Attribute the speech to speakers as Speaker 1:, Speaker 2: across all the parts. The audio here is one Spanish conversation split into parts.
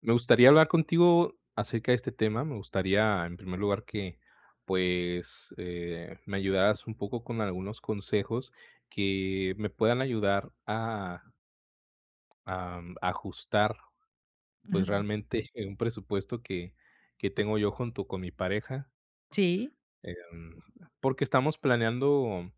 Speaker 1: Me gustaría hablar contigo acerca de este tema. Me gustaría, en primer lugar, que pues me ayudaras un poco con algunos consejos que me puedan ayudar a ajustar pues
Speaker 2: Ujú.
Speaker 1: realmente un presupuesto que tengo yo junto con mi pareja.
Speaker 2: Sí.
Speaker 1: Em, Porque estamos planeando,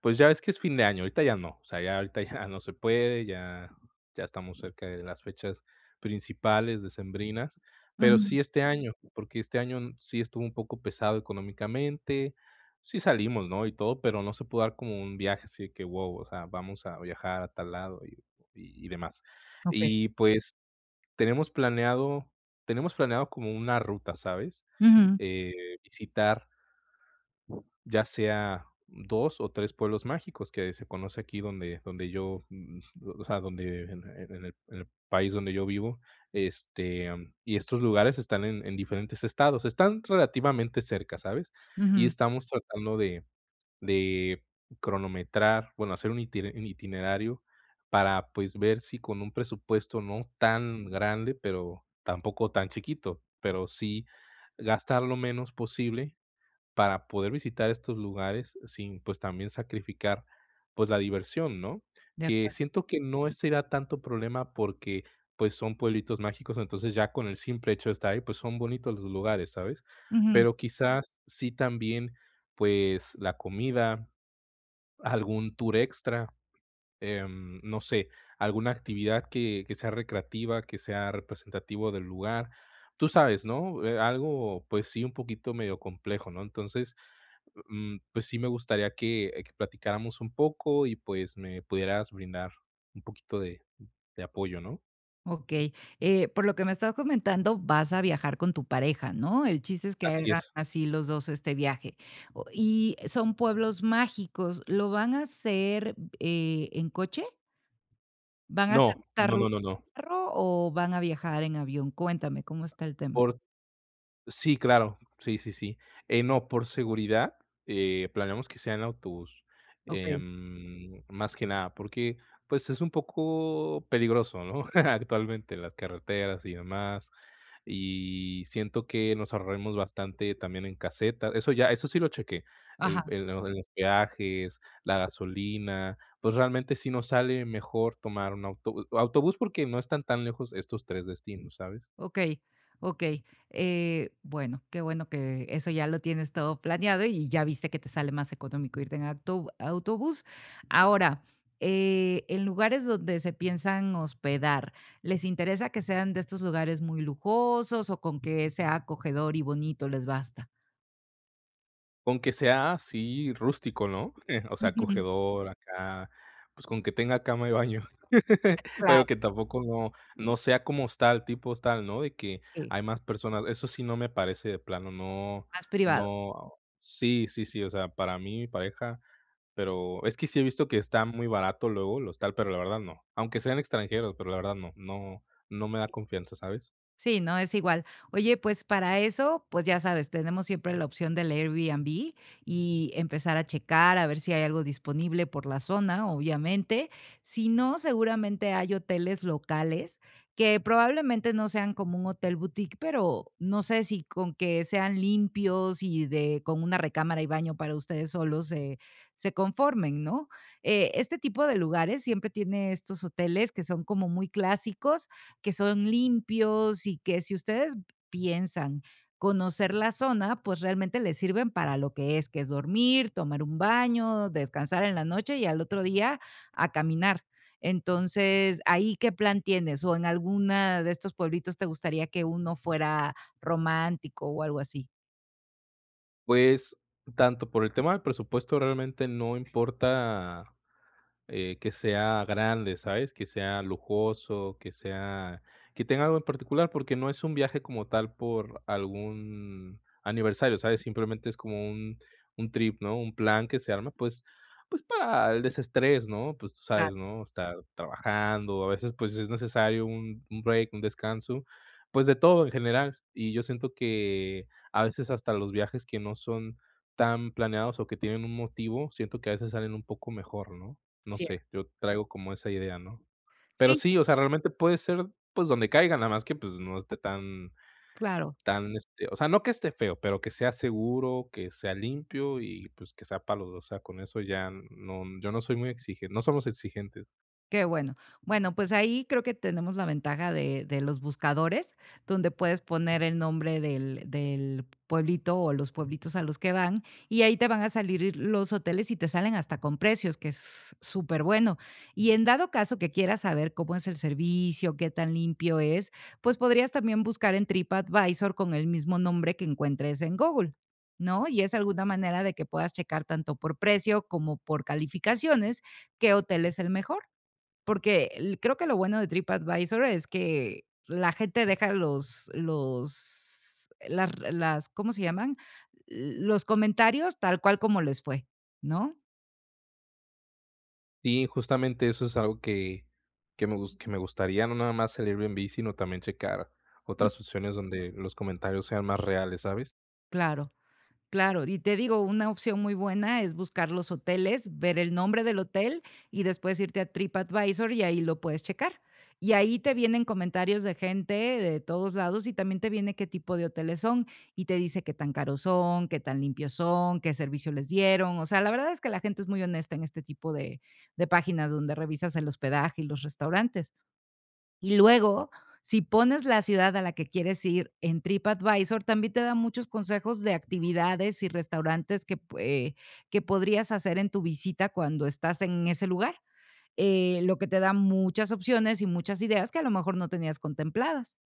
Speaker 1: pues, ya ves que es fin de año, ahorita ya no, o sea, ya ahorita ya no se puede, ya estamos cerca de las fechas principales decembrinas, pero
Speaker 2: Ujú.
Speaker 1: sí este año, porque este año sí estuvo un poco pesado económicamente, sí salimos, ¿no?, y todo, pero no se pudo dar como un viaje así de que, wow, o sea, vamos a viajar a tal lado y demás.
Speaker 2: Okey.
Speaker 1: Y, pues, tenemos planeado tenemos planeado como una ruta, ¿sabes?,
Speaker 2: Ujú,
Speaker 1: eh, visitar ya sea 2 o 3 pueblos mágicos que se conoce aquí donde o sea, donde en el país donde yo vivo, y estos lugares están en diferentes estados, están relativamente cerca, ¿sabes? Y
Speaker 2: ujú.
Speaker 1: estamos tratando de cronometrar, bueno, hacer un itine un itinerario para, pues, ver si con un presupuesto no tan grande, pero tampoco tan chiquito, pero sí gastar lo menos posible para poder visitar estos lugares sin, pues, también sacrificar, pues, la diversión, ¿no?
Speaker 2: De
Speaker 1: Que
Speaker 2: acuerdo.
Speaker 1: siento que no será tanto problema porque, pues, son pueblitos mágicos, entonces ya con el simple hecho de estar ahí, pues, son bonitos los lugares, ¿sabes?
Speaker 2: Ujú.
Speaker 1: Pero quizás sí también, pues, la comida, algún tour extra, no sé, alguna actividad que sea recreativa, que sea representativo del lugar. Tú sabes, ¿no? Algo, pues sí, un poquito medio complejo, ¿no? Entonces, pues sí me gustaría que platicáramos un poco y pues me pudieras brindar un poquito de apoyo, ¿no?
Speaker 2: Okey. Por lo que me estás comentando, vas a viajar con tu pareja, ¿no? El chiste es que
Speaker 1: Así
Speaker 2: hagan
Speaker 1: es.
Speaker 2: así los 2 este viaje. O y son pueblos mágicos, ¿lo van a hacer, en coche? ¿Van a hacer
Speaker 1: No,
Speaker 2: esta
Speaker 1: no, no,
Speaker 2: ruta
Speaker 1: no, no.
Speaker 2: en carro o van a viajar en avión? Cuéntame, ¿cómo está el tema?
Speaker 1: Por Sí, claro. Sí, sí, sí. No, por seguridad, planeamos que sea en autobús,
Speaker 2: Okey.
Speaker 1: más que nada, porque, pues, es un poco peligroso, ¿no? Actualmente en las carreteras y demás, y siento que nos ahorraremos bastante también en casetas. Eso sí lo chequé,
Speaker 2: Ajá.
Speaker 1: el lo los peajes, la gasolina, pues, realmente sí nos sale mejor tomar un autobús porque no están tan lejos estos 3 destinos, ¿sabes?
Speaker 2: Okey, okey. Bueno, qué bueno que eso ya lo tienes todo planeado y ya viste que te sale más económico irte en acto autobús. Ahora, en lugares donde se piensan hospedar, ¿les interesa que sean de estos lugares muy lujosos o con que sea acogedor y bonito les basta?
Speaker 1: Con que sea así rústico, ¿no? O sea,
Speaker 2: Ujú,
Speaker 1: acogedor acá, pues, con que tenga cama y baño, pero
Speaker 2: claro,
Speaker 1: que tampoco no sea como tal tipo tal, ¿no? De que
Speaker 2: sí,
Speaker 1: hay más personas, eso sí no me parece de plano, no
Speaker 2: más privado.
Speaker 1: no sí, sí, sí, o sea, para mí, mi pareja, pero es que sí he visto que está muy barato luego el hostal, pero la verdad no, aunque sean extranjeros, pero la verdad no, me da confianza, ¿sabes?
Speaker 2: Sí, no es igual. Oye, pues para eso, pues ya sabes, tenemos siempre la opción del Airbnb y empezar a checar a ver si hay algo disponible por la zona, obviamente. Si no, seguramente hay hoteles locales que probablemente no sean como un hotel boutique, pero no sé si con que sean limpios y de con una recámara y baño para ustedes solos se conformen, ¿no? Este tipo de lugares siempre tiene estos hoteles que son como muy clásicos que son limpios y que si ustedes piensan conocer la zona, pues realmente les sirven para lo que es dormir, tomar un baño, descansar en la noche y al otro día a caminar. Entonces, ¿ahí qué plan tienes? ¿O en alguna de estos pueblitos te gustaría que uno fuera romántico o algo así?
Speaker 1: Pues, tanto por el tema del presupuesto realmente no importa que sea grande, ¿sabes? Que sea lujoso, que sea, que tenga algo en particular, porque no es un viaje como tal por algún aniversario, ¿sabes? Simplemente es como un trip, ¿no? Un plan que se arma, pues, pues para el desestrés, ¿no? Pues tú
Speaker 2: Claro,
Speaker 1: sabes, ¿no? Estar trabajando, a veces pues es necesario un break, un descanso, pues de todo en general. Y yo siento que a veces hasta los viajes que no son tan planeados o que tienen un motivo, siento que a veces salen un poco mejor, ¿no? No sé,
Speaker 2: cierto.
Speaker 1: yo traigo como esa idea, ¿no? Pero
Speaker 2: Sí,
Speaker 1: sí, o sea, realmente puede ser, pues, donde caiga, nada más que, pues, no esté tan
Speaker 2: claro.
Speaker 1: tan, este, o sea, no que esté feo, pero que sea seguro, que sea limpio y, pues, que sea para los 2, o sea, con eso ya yo no soy muy exigente, no somos exigentes.
Speaker 2: Qué bueno. Bueno, pues ahí creo que tenemos la ventaja de los buscadores, donde puedes poner el nombre del pueblito o los pueblitos a los que van, y ahí te van a salir los hoteles y te salen hasta con precios, que es súper bueno. Y en dado caso que quieras saber cómo es el servicio, qué tan limpio es, pues podrías también buscar en TripAdvisor con el mismo nombre que encuentres en Google, ¿no? Y es alguna manera de que puedas checar tanto por precio como por calificaciones qué hotel es el mejor. Porque creo que lo bueno de TripAdvisor es que la gente deja los las, ¿cómo se llaman? Los comentarios tal cual como les fue, ¿no?
Speaker 1: Y justamente eso es algo que me gus que me gustaría, no nada más el Airbnb, sino también checar otras opciones donde los comentarios sean más reales, ¿sabes?
Speaker 2: Claro. Claro, y te digo, una opción muy buena es buscar los hoteles, ver el nombre del hotel y después irte a TripAdvisor y ahí lo puedes checar. Y ahí te vienen comentarios de gente de todos lados y también te viene qué tipo de hoteles son y te dice qué tan caros son, qué tan limpios son, qué servicio les dieron. O sea, la verdad es que la gente es muy honesta en este tipo de páginas donde revisas el hospedaje y los restaurantes. Y luego, si pones la ciudad a la que quieres ir en TripAdvisor, también te da muchos consejos de actividades y restaurantes que, pue que podrías hacer en tu visita cuando estás en ese lugar, lo que te da muchas opciones y muchas ideas que a lo mejor no tenías contempladas.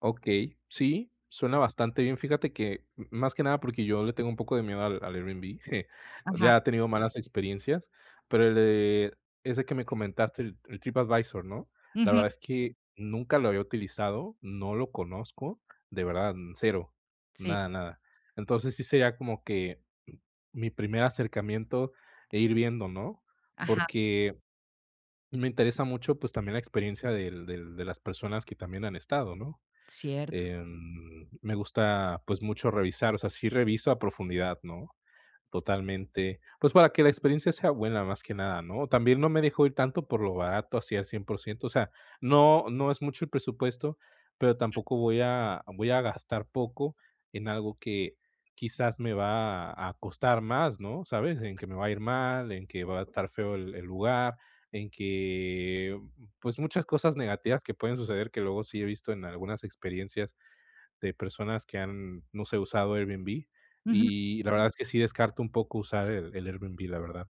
Speaker 1: Ok, sí, suena bastante bien. Fíjate que, más que nada porque yo le tengo un poco de miedo al Airbnb.
Speaker 2: Ajá.
Speaker 1: Ya he tenido malas experiencias, pero ese que me comentaste, el TripAdvisor, ¿no? La
Speaker 2: Ujú.
Speaker 1: verdad es que nunca lo había utilizado, no lo conozco, de verdad, cero,
Speaker 2: Sí,
Speaker 1: nada, nada. Entonces sí sería como que mi primer acercamiento e ir viendo, ¿no?
Speaker 2: ajá,
Speaker 1: Porque me interesa mucho, pues también la experiencia de las personas que también han estado, ¿no?
Speaker 2: cierto.
Speaker 1: Me gusta, pues, mucho revisar, o sea, sí reviso a profundidad, ¿no? Totalmente, pues, para que la experiencia sea buena, más que nada, ¿no? También no me dejo ir tanto por lo barato, así al cien por ciento, o sea, no no es mucho el presupuesto, pero tampoco voy a gastar poco en algo que quizás me va a costar más, ¿no? ¿Sabes? En que me va a ir mal, en que va a estar feo el lugar, en que, pues, muchas cosas negativas que pueden suceder, que luego sí he visto en algunas experiencias, de personas que han, no sé, usado Airbnb, y la verdad es que sí descarto un poco usar el Airbnb, la verdad.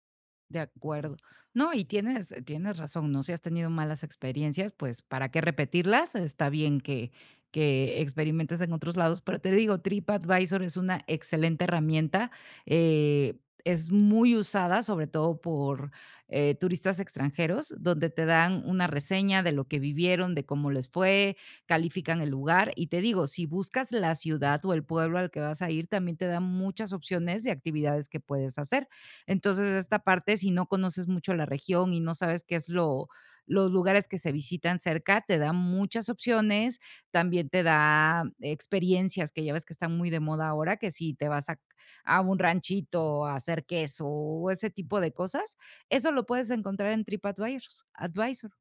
Speaker 2: De acuerdo. No, y tienes tienes razón, ¿no? Si has tenido malas experiencias, pues, ¿para qué repetirlas? Está bien que experimentes en otros lados, pero te digo, TripAdvisor es una excelente herramienta, es muy usada, sobre todo por, turistas extranjeros, donde te dan una reseña de lo que vivieron, de cómo les fue, califican el lugar. Y te digo, si buscas la ciudad o el pueblo al que vas a ir, también te dan muchas opciones de actividades que puedes hacer. Entonces, esta parte, si no conoces mucho la región y no sabes qué es lo los lugares que se visitan cerca, te da muchas opciones, también te da experiencias que ya ves que están muy de moda ahora, que si te vas a un ranchito a hacer queso o ese tipo de cosas, eso lo puedes encontrar en Tripadvisor. Advisor.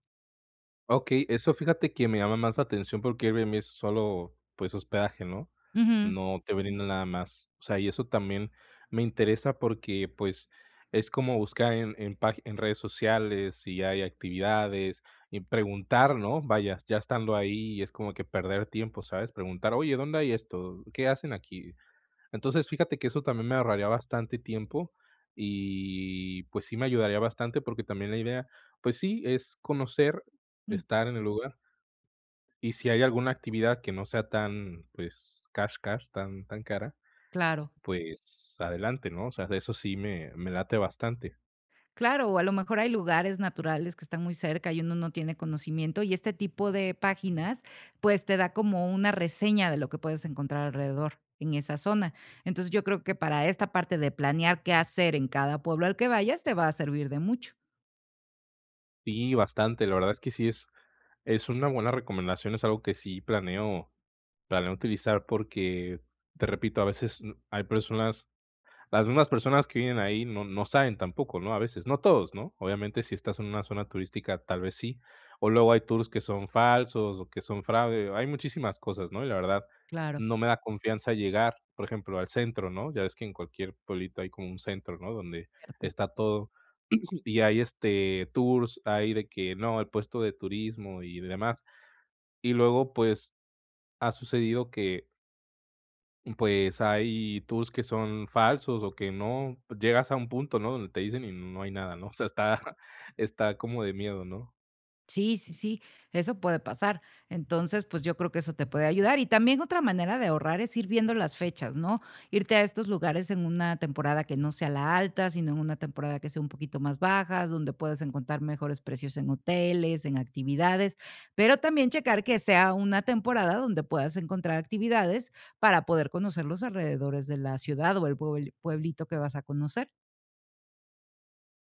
Speaker 1: Okey, eso fíjate que me llama más la atención porque Airbnb es solo, pues, hospedaje, ¿no?
Speaker 2: Ujú,
Speaker 1: No te brinda nada más. O sea, y eso también me interesa porque, pues, es como buscar en redes sociales si hay actividades y preguntar, ¿no? Vaya, ya estando ahí, es como que perder tiempo, ¿sabes? Preguntar: "Oye, ¿dónde hay esto? ¿Qué hacen aquí?". Entonces, fíjate que eso también me ahorraría bastante tiempo y, pues, sí me ayudaría bastante, porque también la idea, pues sí, es conocer,
Speaker 2: mm,
Speaker 1: estar en el lugar, y si hay alguna actividad que no sea tan, pues, cash, cash, tan cara,
Speaker 2: claro.
Speaker 1: pues adelante, ¿no? O sea, de eso sí me late bastante.
Speaker 2: Claro, o a lo mejor hay lugares naturales que están muy cerca y uno no tiene conocimiento y este tipo de páginas, pues te da como una reseña de lo que puedes encontrar alrededor en esa zona. Entonces yo creo que para esta parte de planear qué hacer en cada pueblo al que vayas te va a servir de mucho.
Speaker 1: Sí, bastante, la verdad es que sí es una buena recomendación, es algo que sí planeo utilizar porque, te repito, a veces, hay personas. Las mismas personas que viven ahí no saben tampoco, ¿no? A veces, no todos, ¿no? Obviamente, si estás en una zona turística, tal vez sí, o luego hay tours que son falsos o que son fraude, hay muchísimas cosas, ¿no? Y la verdad,
Speaker 2: Claro,
Speaker 1: no me da confianza llegar, por ejemplo, al centro, ¿no? Ya ves que en cualquier pueblito hay como un centro, ¿no? Donde
Speaker 2: cierto.
Speaker 1: está todo, y hay, este, tours, hay de que no, el puesto de turismo y demás. Y luego, pues, ha sucedido que pues hay tours que son falsos o que no pues, llegas a un punto, ¿no? Donde te dicen y no hay nada, ¿no? O sea, está está como de miedo, ¿no?
Speaker 2: Sí, sí, sí, eso puede pasar. Entonces, pues yo creo que eso te puede ayudar. Y también otra manera de ahorrar es ir viendo las fechas, ¿no? Irte a estos lugares en una temporada que no sea la alta, sino en una temporada que sea un poquito más baja, donde puedas encontrar mejores precios en hoteles, en actividades, pero también checar que sea una temporada donde puedas encontrar actividades para poder conocer los alrededores de la ciudad o el pueblito que vas a conocer.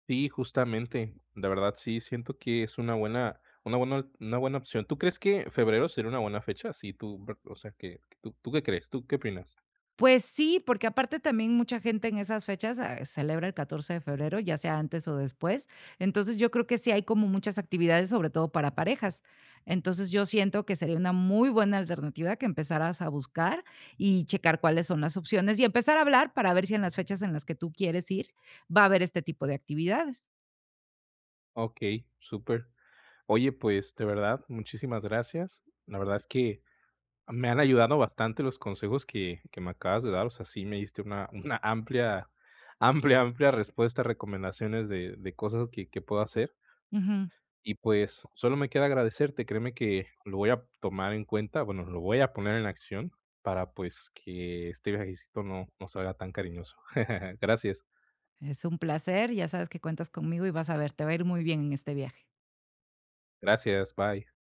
Speaker 1: Sí, justamente, la verdad sí siento que es una buena opción. ¿Tú crees que febrero sería una buena fecha? Sí, tú, o sea, que ¿tú qué crees? ¿Tú qué opinas?
Speaker 2: Pues sí, porque aparte también mucha gente en esas fechas, ah, celebra el 14 de febrero, ya sea antes o después. Entonces, yo creo que sí hay como muchas actividades, sobre todo para parejas. Entonces, yo siento que sería una muy buena alternativa que empezaras a buscar y checar cuáles son las opciones y empezar a hablar para ver si en las fechas en las que tú quieres ir va a haber este tipo de actividades.
Speaker 1: Okey, súper. Oye, pues, de verdad, muchísimas gracias. La verdad es que me han ayudado bastante los consejos que me acabas de dar, o sea, sí me diste una amplia amplia respuesta, recomendaciones de cosas que puedo hacer.
Speaker 2: Ujú.
Speaker 1: Y, pues, solo me queda agradecerte, créeme que lo voy a tomar en cuenta, bueno, lo voy a poner en acción para, pues, que este viajecito no salga tan cariñoso. Gracias,
Speaker 2: Es un placer, ya sabes que cuentas conmigo y vas a ver, te va a ir muy bien en este viaje.
Speaker 1: gracias, bye.